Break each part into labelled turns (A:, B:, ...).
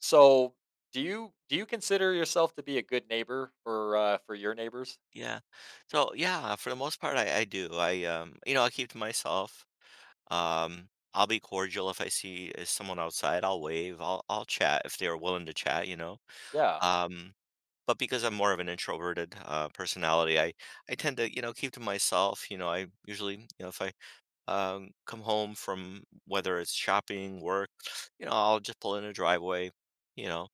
A: So, do you consider yourself to be a good neighbor for your neighbors?
B: Yeah. So yeah, for the most part, I do. I you know, I keep to myself. I'll be cordial if I see someone outside. I'll wave. I'll chat if they're willing to chat. You know.
A: Yeah,
B: Um, but because I'm more of an introverted personality, I tend to you know keep to myself. You know, I usually you know if I come home from whether it's shopping, work, you know, I'll just pull in the driveway, you know,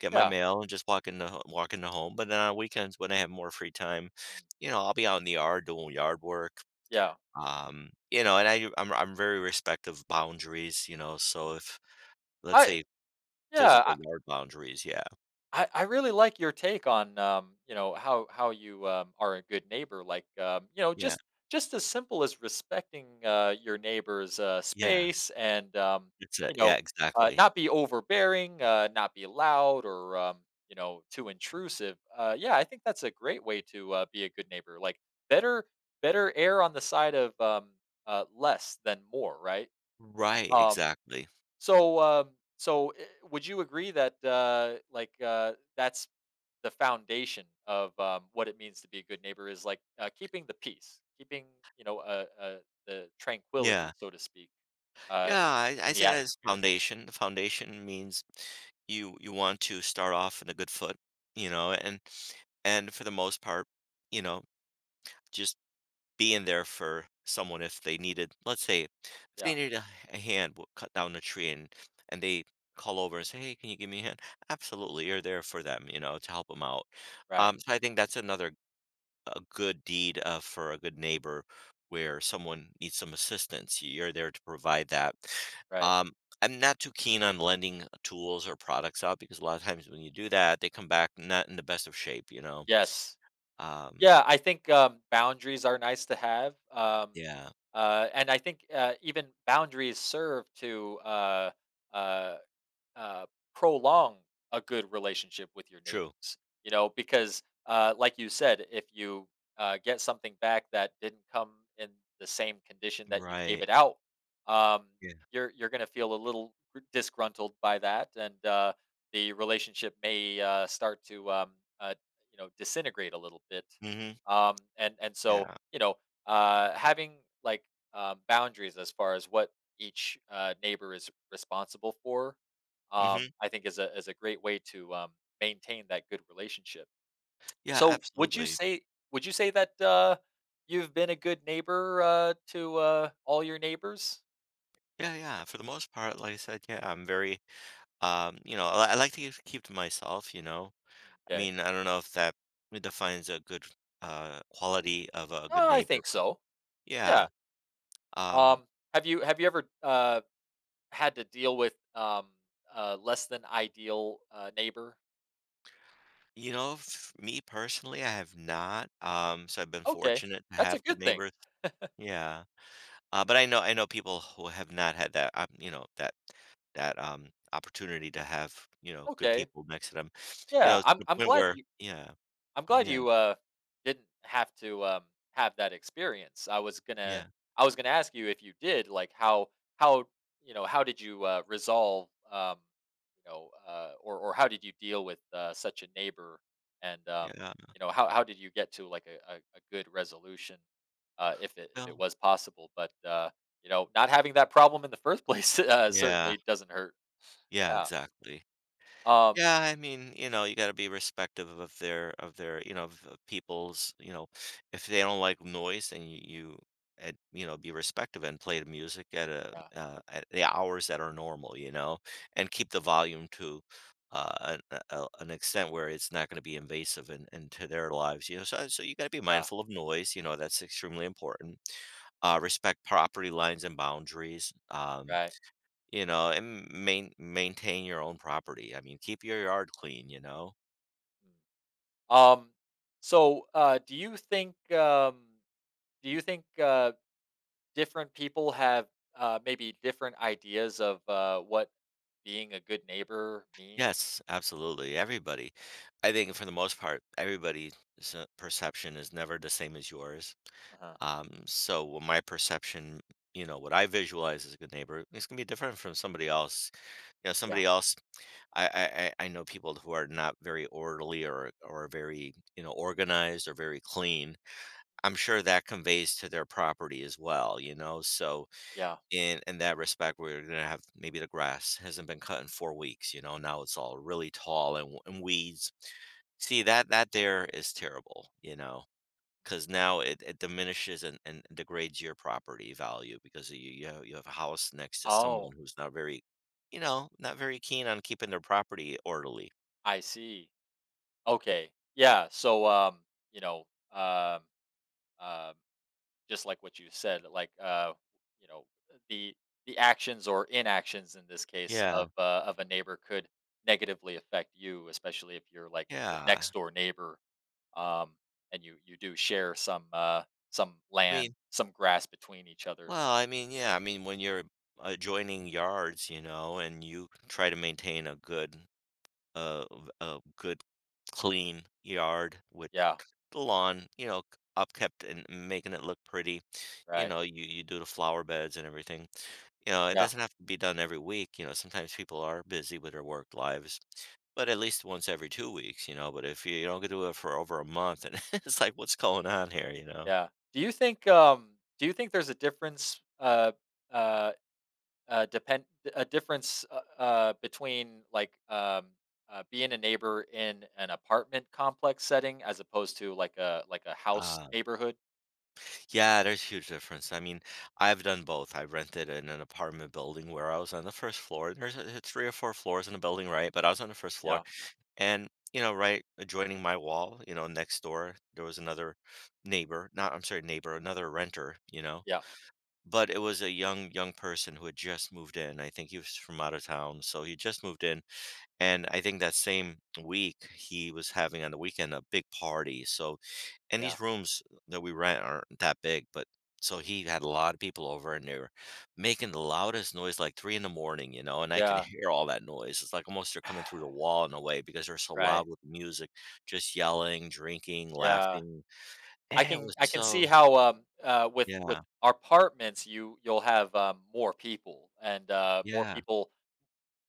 B: get my
A: yeah,
B: mail and just walk into walk into home. But then on weekends when I have more free time,
A: mm,
B: you know, I'll be out in the yard doing yard work.
A: yeah.
B: You know, and I'm very respective of boundaries, you know. So
A: Mm.
B: if let's
A: I
B: say physical
A: yeah.
B: yard boundaries, yeah,
A: I really like your take on you know how you are a good neighbor. Like you know
B: yeah,
A: just as simple as respecting your neighbor's
B: yeah.
A: space and
B: It's a,
A: you know
B: yeah, exactly.
A: not be overbearing, not be loud or too intrusive. Yeah, I think that's a great way to be a good neighbor. Like better better err on the side of less than more, right?
B: Right,
A: Um,
B: exactly.
A: so um, so eh, would you agree that like that's the foundation of what it means to be a good neighbor is like keeping the peace, keeping you know uh, uh, the
B: Yeah.
A: tranquility, so to speak, uh,
B: Yeah, I
A: in
B: I
A: the
B: say that as
A: atmosphere.
B: foundation. The foundation means you want to start off in a good foot, you know, and for the most part, you know, just being there for someone if they needed, let's say, if
A: Yeah,
B: they needed a hand, we'll cut down a tree and they call over and say, "Hey, can you give me a hand?" Absolutely, you're there for them, you know, to help them out.
A: right,
B: So I
A: right,
B: think that's another a good deed for a good neighbor where someone needs some assistance. You're there to provide that.
A: right.
B: Um, I'm not too keen on lending tools or products out because a lot of times when you do that, they come back not in the best of shape, you know?
A: Yes,
B: Um,
A: yeah. I think boundaries are nice to have,
B: yeah,
A: and I think even boundaries serve to uh, uh, prolong a good relationship with your
B: true.
A: neighbors. You know, because like you said, if you get something back that didn't come in the same condition that you gave
B: Right.
A: it out, um,
B: Yeah.
A: you're going to feel a little disgruntled by that, and the relationship may start to uh, you know disintegrate a little bit.
B: Mm-hmm.
A: And so
B: Yeah.
A: you know, having like boundaries as far as what each neighbor is responsible for
B: Mm-hmm.
A: I think is a great way to maintain that good relationship.
B: Yeah,
A: So,
B: absolutely.
A: would you say that you've been a good neighbor to all your neighbors?
B: Yeah, yeah. For the most part, like I said, yeah, I'm very, you know, I like to keep to myself, you know. I
A: Okay,
B: mean, I don't know if that defines a good, quality of a good
A: I
B: neighbor,
A: think
B: but
A: so.
B: yeah.
A: Yeah.
B: Um,
A: Um, have you ever had to deal with a less than ideal neighbor?
B: you know, f me personally, I have not, so I've been
A: Okay,
B: fortunate to
A: that's a
B: have good
A: good thing.
B: neighbors. Yeah. But I know people who have not had that, you know, opportunity to have, you know, good
A: Okay.
B: people next to them, you
A: Yeah,
B: know, to the
A: I'm
B: point
A: glad
B: where
A: you
B: yeah,
A: I'm glad
B: yeah,
A: you, uh, didn't have to, have that experience.
B: yeah,
A: I was gonna ask you if you did, like, how, you know, how did you, resolve, you know, or how did you deal with, such a neighbor? And,
B: yeah,
A: you know, how did you get to, like, a good resolution, if
B: well,
A: it was possible? But, you know, not having that problem in the first place,
B: yeah,
A: certainly doesn't hurt.
B: yeah,
A: Yeah.
B: exactly.
A: Um,
B: Yeah, I mean, you know, you got to be respective of their, you know, of people's, you know, if they don't like noise, then you and you know, be respective and play the music at a
A: yeah,
B: at the hours that are normal, you know, and keep the volume to an extent where it's not going to be invasive into their lives, you know. So, so you got to be
A: yeah,
B: mindful of noise, you know, that's extremely important. Respect property lines and boundaries.
A: right.
B: You know, and maintain your own property. I mean, keep your yard clean, you know?
A: Mm. Um, so, do you think, do you think, uh, different people have, maybe different ideas of, what being a good neighbor means?
B: Yes, absolutely. Everybody. I think for the most part, everybody's perception is never the same as yours.
A: Uh-huh.
B: So when my perception, you know, what I visualize as a good neighbor is gonna be different from somebody else. You know,
A: Yeah.
B: somebody else I know people who are not very orderly or very you know organized or very clean. I'm sure that conveys to their property as well, you know. So
A: Yeah.
B: in that respect we are gonna have maybe the grass hasn't been cut in 4 weeks, you know. Now it's all really tall and, and weeds see that there is terrible, you know. Because now it diminishes and degrades your property value because you have, you have a house next to someone
A: Oh,
B: who's not very you know not very keen on keeping their property orderly.
A: I see. Okay. Yeah. So, you know, um, um, just like what you said, like, you know, the, the actions or inactions in this case
B: Yeah,
A: of a neighbor could negatively affect you, especially if you're like the
B: yeah.
A: next door neighbor um, and you do share some
B: I
A: land,
B: mean
A: some grass between each other.
B: well I mean yeah I mean when you're adjoining yards, you know, and you try to maintain a good a good clean yard with
A: Yeah,
B: the lawn, you know, upkept and making it look pretty. You
A: right.
B: know, you do the flower beds and everything. You know, it
A: Yeah,
B: doesn't have to be done every week. You know, sometimes people are busy with their work lives, but at least once every 2 weeks, you know. But if you don't do it for over a month, and it's like, what's going on here, you know?
A: yeah. Do you think there's a difference uh, depend a difference between like being a neighbor in an apartment complex setting as opposed to like a house neighborhood?
B: Yeah, there's a huge difference. I mean, I've done both. I rented in an apartment building where I was on the first floor. There's three or four floors in the building, right? But I was on the first floor,
A: Yeah,
B: and you know, right adjoining my wall, you know, next door, there was another neighbor. Not, I'm sorry, neighbor, another renter. You know,
A: yeah,
B: but it was a young person who had just moved in. I think he was from out of town, so he just moved in, and I think that same week he was having on the weekend a big party. So and
A: yeah,
B: these rooms that we rent aren't that big, but so he had a lot of people over and they were making the loudest noise like three in the morning, you know, and I can
A: yeah.
B: hear all that noise. It's like almost they're coming through the wall in a way because they're so
A: Right.
B: loud with the music, just yelling, drinking,
A: Yeah.
B: laughing. Eh, it was
A: I can see
B: so,
A: how, with
B: yeah,
A: apartments, you'll have, more people and, more
B: yeah,
A: people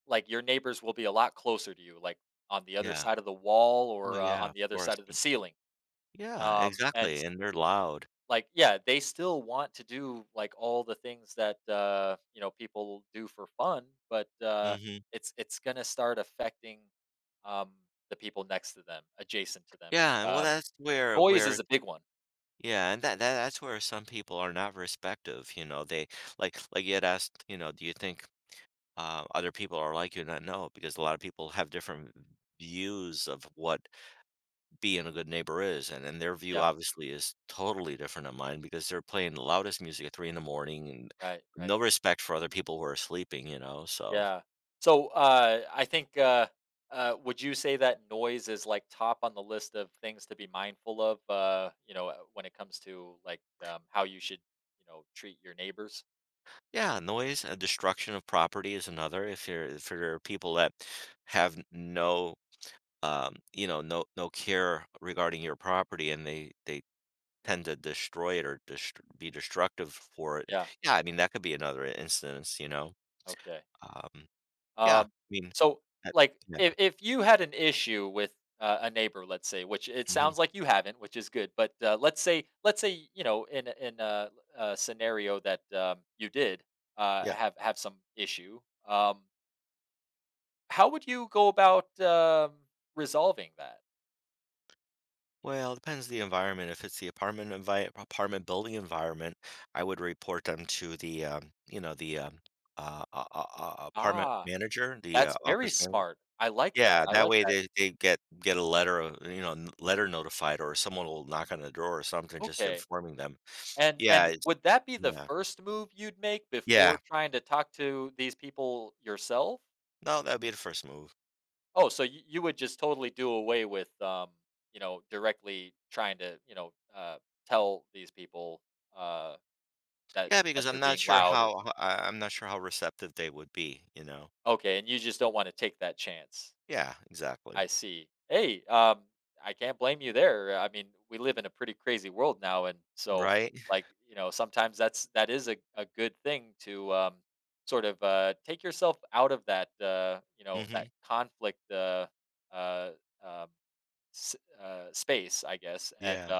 A: like, your neighbors will be a lot closer to you, like, on the other
B: yeah.
A: side of the wall
B: Oh,
A: or,
B: yeah,
A: on
B: of
A: the other
B: course.
A: side of the ceiling,
B: Yeah,
A: and
B: exactly.
A: s
B: And they're loud.
A: like, yeah, they still want to do, like, all the things that, you know, people do for fun, but,
B: Hmm.
A: it's gonna start affecting, um, the people next to them, adjacent to them,
B: Yeah, and well,
A: um,
B: that's where
A: noise
B: where
A: is a big one.
B: yeah, and that, that's where some people are not respective, you know. They like you had asked, you know, do you think other people are like you? And I know because a lot of people have different views of what being a good neighbor is, and their view
A: Yeah,
B: obviously is totally different than mine because they're playing the loudest music at three in the morning and
A: right, right.
B: no respect for other people who are sleeping, you know. So
A: Yeah. So I think would you say that noise is like top on the list of things to be mindful of? You know, when it comes to like how you should, you know, treat your neighbors.
B: yeah, noise and destruction of property is another. If you're if there are people that have no you know, no no care regarding your property, and they tend to destroy it or be destructive for it.
A: Yeah.
B: Yeah, I mean that could be another instance, you know.
A: Okay.
B: Um, yeah, I
A: Um,
B: mean,
A: so
B: that,
A: like
B: yeah,
A: if you had an issue with a neighbor, let's say, which it
B: mhm,
A: sounds like you haven't, which is good, but let's say you know in a scenario that you did
B: yeah.
A: have some issue. Um, How would you go about, resolving that?
B: Well, it depends the environment. If it's the apartment apartment building environment, I would report them to the you know the apartment
A: Ah,
B: manager, the
A: that's very
B: office manager.
A: smart. I like that,
B: Yeah,
A: I
B: that
A: like
B: way
A: that.
B: they get a letter of you know, n letter notified or someone will knock on the door or something just
A: Okay,
B: informing them. Yeah,
A: and
B: it's
A: would that be the
B: yeah.
A: first move you'd make before
B: Yeah.
A: trying to talk to these people yourself?
B: No, that'd be the first move.
A: Oh, so you would just totally do away with, you know, directly trying to, you know, tell these people, uh, that
B: Yeah, because I'm
A: they're
B: not
A: being
B: sure
A: loud or
B: how
A: something.
B: ho I am not sure how receptive they would be, you know?
A: Okay, and you just don't wanna take that chance.
B: Yeah, exactly.
A: I see. Hey, I can't blame you there. I mean, we live in a pretty crazy world now, and so
B: Right?
A: like you know, sometimes that's that is a good thing to sort of take yourself out of that you know that
B: Mhm.
A: conflict uh, um, space, I guess. And
B: Yeah,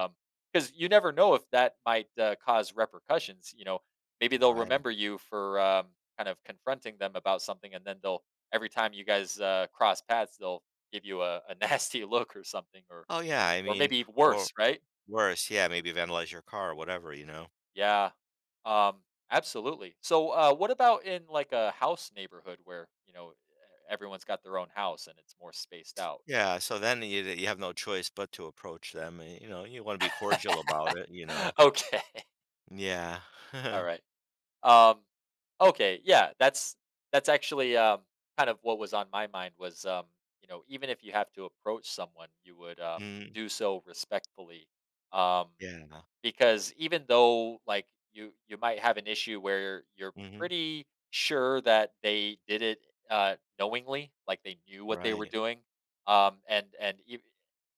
A: because you never know if that might cause repercussions. You know, maybe they'll
B: right.
A: remember you for kind of confronting them about something, and then they'll every time you guys cross paths, they'll give you a nasty look or something,
B: Oh, yeah, I
A: or
B: mean,
A: maybe even
B: or
A: worse, right?
B: worse, yeah, maybe vandalize your car or whatever, you know?
A: Yeah, um, absolutely. So, what about in like a house neighborhood where everyone's got their own house and it's more spaced out?
B: Yeah, so then you have no choice but to approach them, and, you know, you wanna be cordial about it, you know?
A: Okay,
B: Yeah.
A: all right. Um, okay, yeah, that's actually kind of what was on my mind was you know even if you have to approach someone, you would
B: Mm.
A: do so respectfully. Um,
B: Yeah.
A: because even though, like, you might have an issue where you're
B: Mhm.
A: pretty sure that they did it, knowingly, like, they knew what they were
B: Right.
A: doing, and ev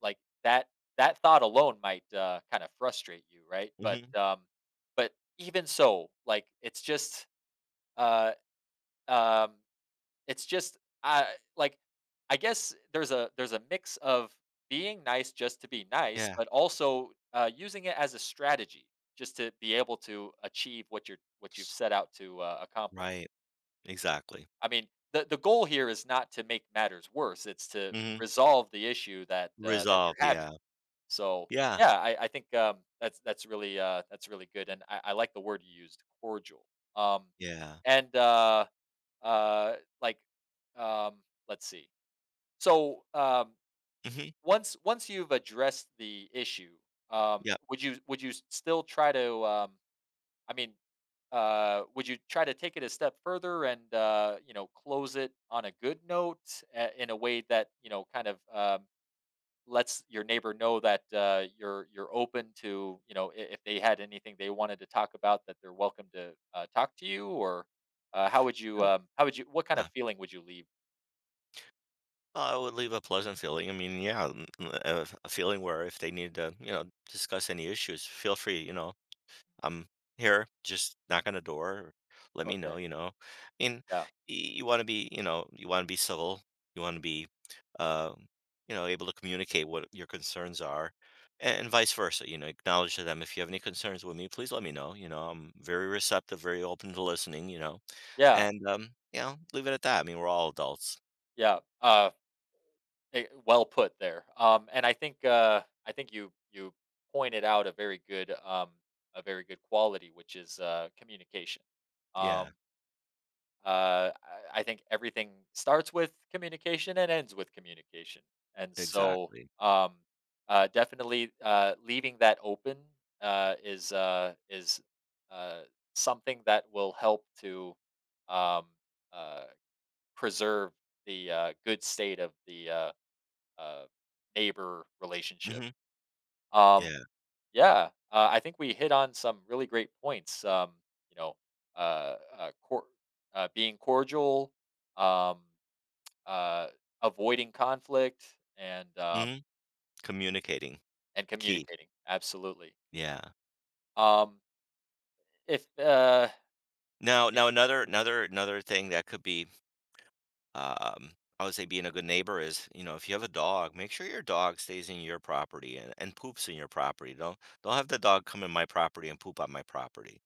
A: like, that that thought alone might, kinda frustrate you, right?
B: Mhm.
A: But even so, like, uh, um it's just I like I guess there's a mix of being nice just to be nice,
B: Yeah.
A: but also, using it as a strategy just to be able to achieve what you're what you've set out to, accomplish.
B: Right. Exactly.
A: I mean, the goal here is not to make matters worse, it's to
B: Mhm.
A: resolve the issue that, that you're
B: Resolve,
A: having.
B: yeah.
A: So,
B: Yeah.
A: yeah, I think, that's really, that's really good, and I like the word you used, cordial. Um,
B: Yeah.
A: and, uh, uh, like, um, let's see. So,
B: Mhm.
A: once you've addressed the issue,
B: Yep.
A: would you still try to? I mean, would you try to take it a step further and you know close it on a good note in a way that you know kind of lets your neighbor know that you're open to you know if they had anything they wanted to talk about that they're welcome to talk to you or
B: Oh,
A: how would you what kind
B: yeah.
A: of feeling would you leave?
B: Oh, it would leave a pleasant feeling. I mean, yeah, a feeling where if they need to, you know, discuss any issues, feel free, you know, I'm here, just knock on the door, let me know,
A: Okay,
B: you know. And
A: yeah,
B: you want to be, you know, you want to be civil, you want to be, uh, you know, able to communicate what your concerns are, and vice versa. You know, acknowledge to them if you have any concerns with me, please let me know. You know, I'm very receptive, very open to listening. You know,
A: yeah,
B: and you know, leave it at that. I mean, we're all adults.
A: yeah. Well put there. And I think you pointed out a very good quality, which is communication.
B: Yeah,
A: Um, I think everything starts with communication and ends with communication, and so
B: exactly.
A: um, definitely leaving that open is uh, something that will help to um, uh, preserve the good state of the uh, neighbor relationship.
B: Hmm.
A: Um,
B: Yeah.
A: yeah, I think we hit on some really great points. You know, uh, uh, cor- being cordial, um, uh, avoiding conflict,
B: Hmm. Communicating
A: and
B: key.
A: communicating. Absolutely.
B: Yeah.
A: Um, if uh,
B: Now,
A: if-
B: now another thing that could be um, I would say being a good neighbor is, you know, if you have a dog, make sure your dog stays in your property and poops in your property. Don't have the dog come in my property and poop on my property.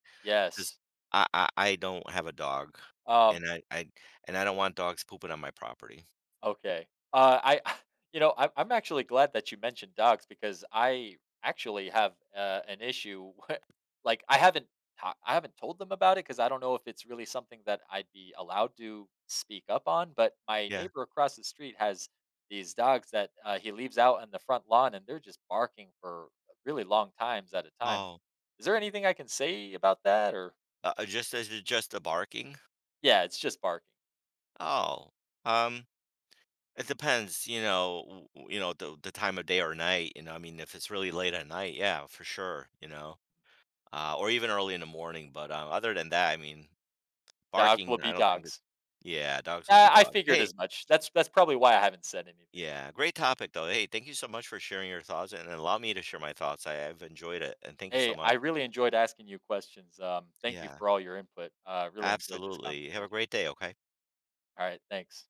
B: 'Cause
A: yes.
B: I don't have a dog
A: Um,
B: and I don't want dogs pooping on my property.
A: Okay. I, you know, I'm actually glad that you mentioned dogs because I actually have an issue. Like, I haven't, I haven't told them about it because I don't know if it's really something that I'd be allowed to speak up on. But my
B: Yeah.
A: neighbor across the street has these dogs that he leaves out on the front lawn, and they're just barking for really long times at a time.
B: Oh.
A: Is there anything I can say about that? Or
B: Just as just the barking?
A: yeah, it's just barking.
B: Oh. Um, it depends, you know, you know the time of day or night, you know. I mean, if it's really late at night, yeah, for sure, you know. Or even early in the morning, but other than that, I mean,
A: Dogs will
B: barking, I
A: be
B: don't think that
A: dogs.
B: yeah, dogs will be
A: Yeah, I
B: dogs.
A: figured
B: Hey,
A: as much. That's probably why I haven't said anything.
B: yeah, great topic though. Hey, thank you so much for sharing your thoughts and allow me to share my thoughts. I've enjoyed it, and thank you so
A: Hey,
B: much.
A: I really enjoyed asking you questions. Thank you
B: Yeah,
A: for all your input. Really enjoyed this
B: absolutely. Have a
A: conversation.
B: great day, okay?
A: All right, thanks.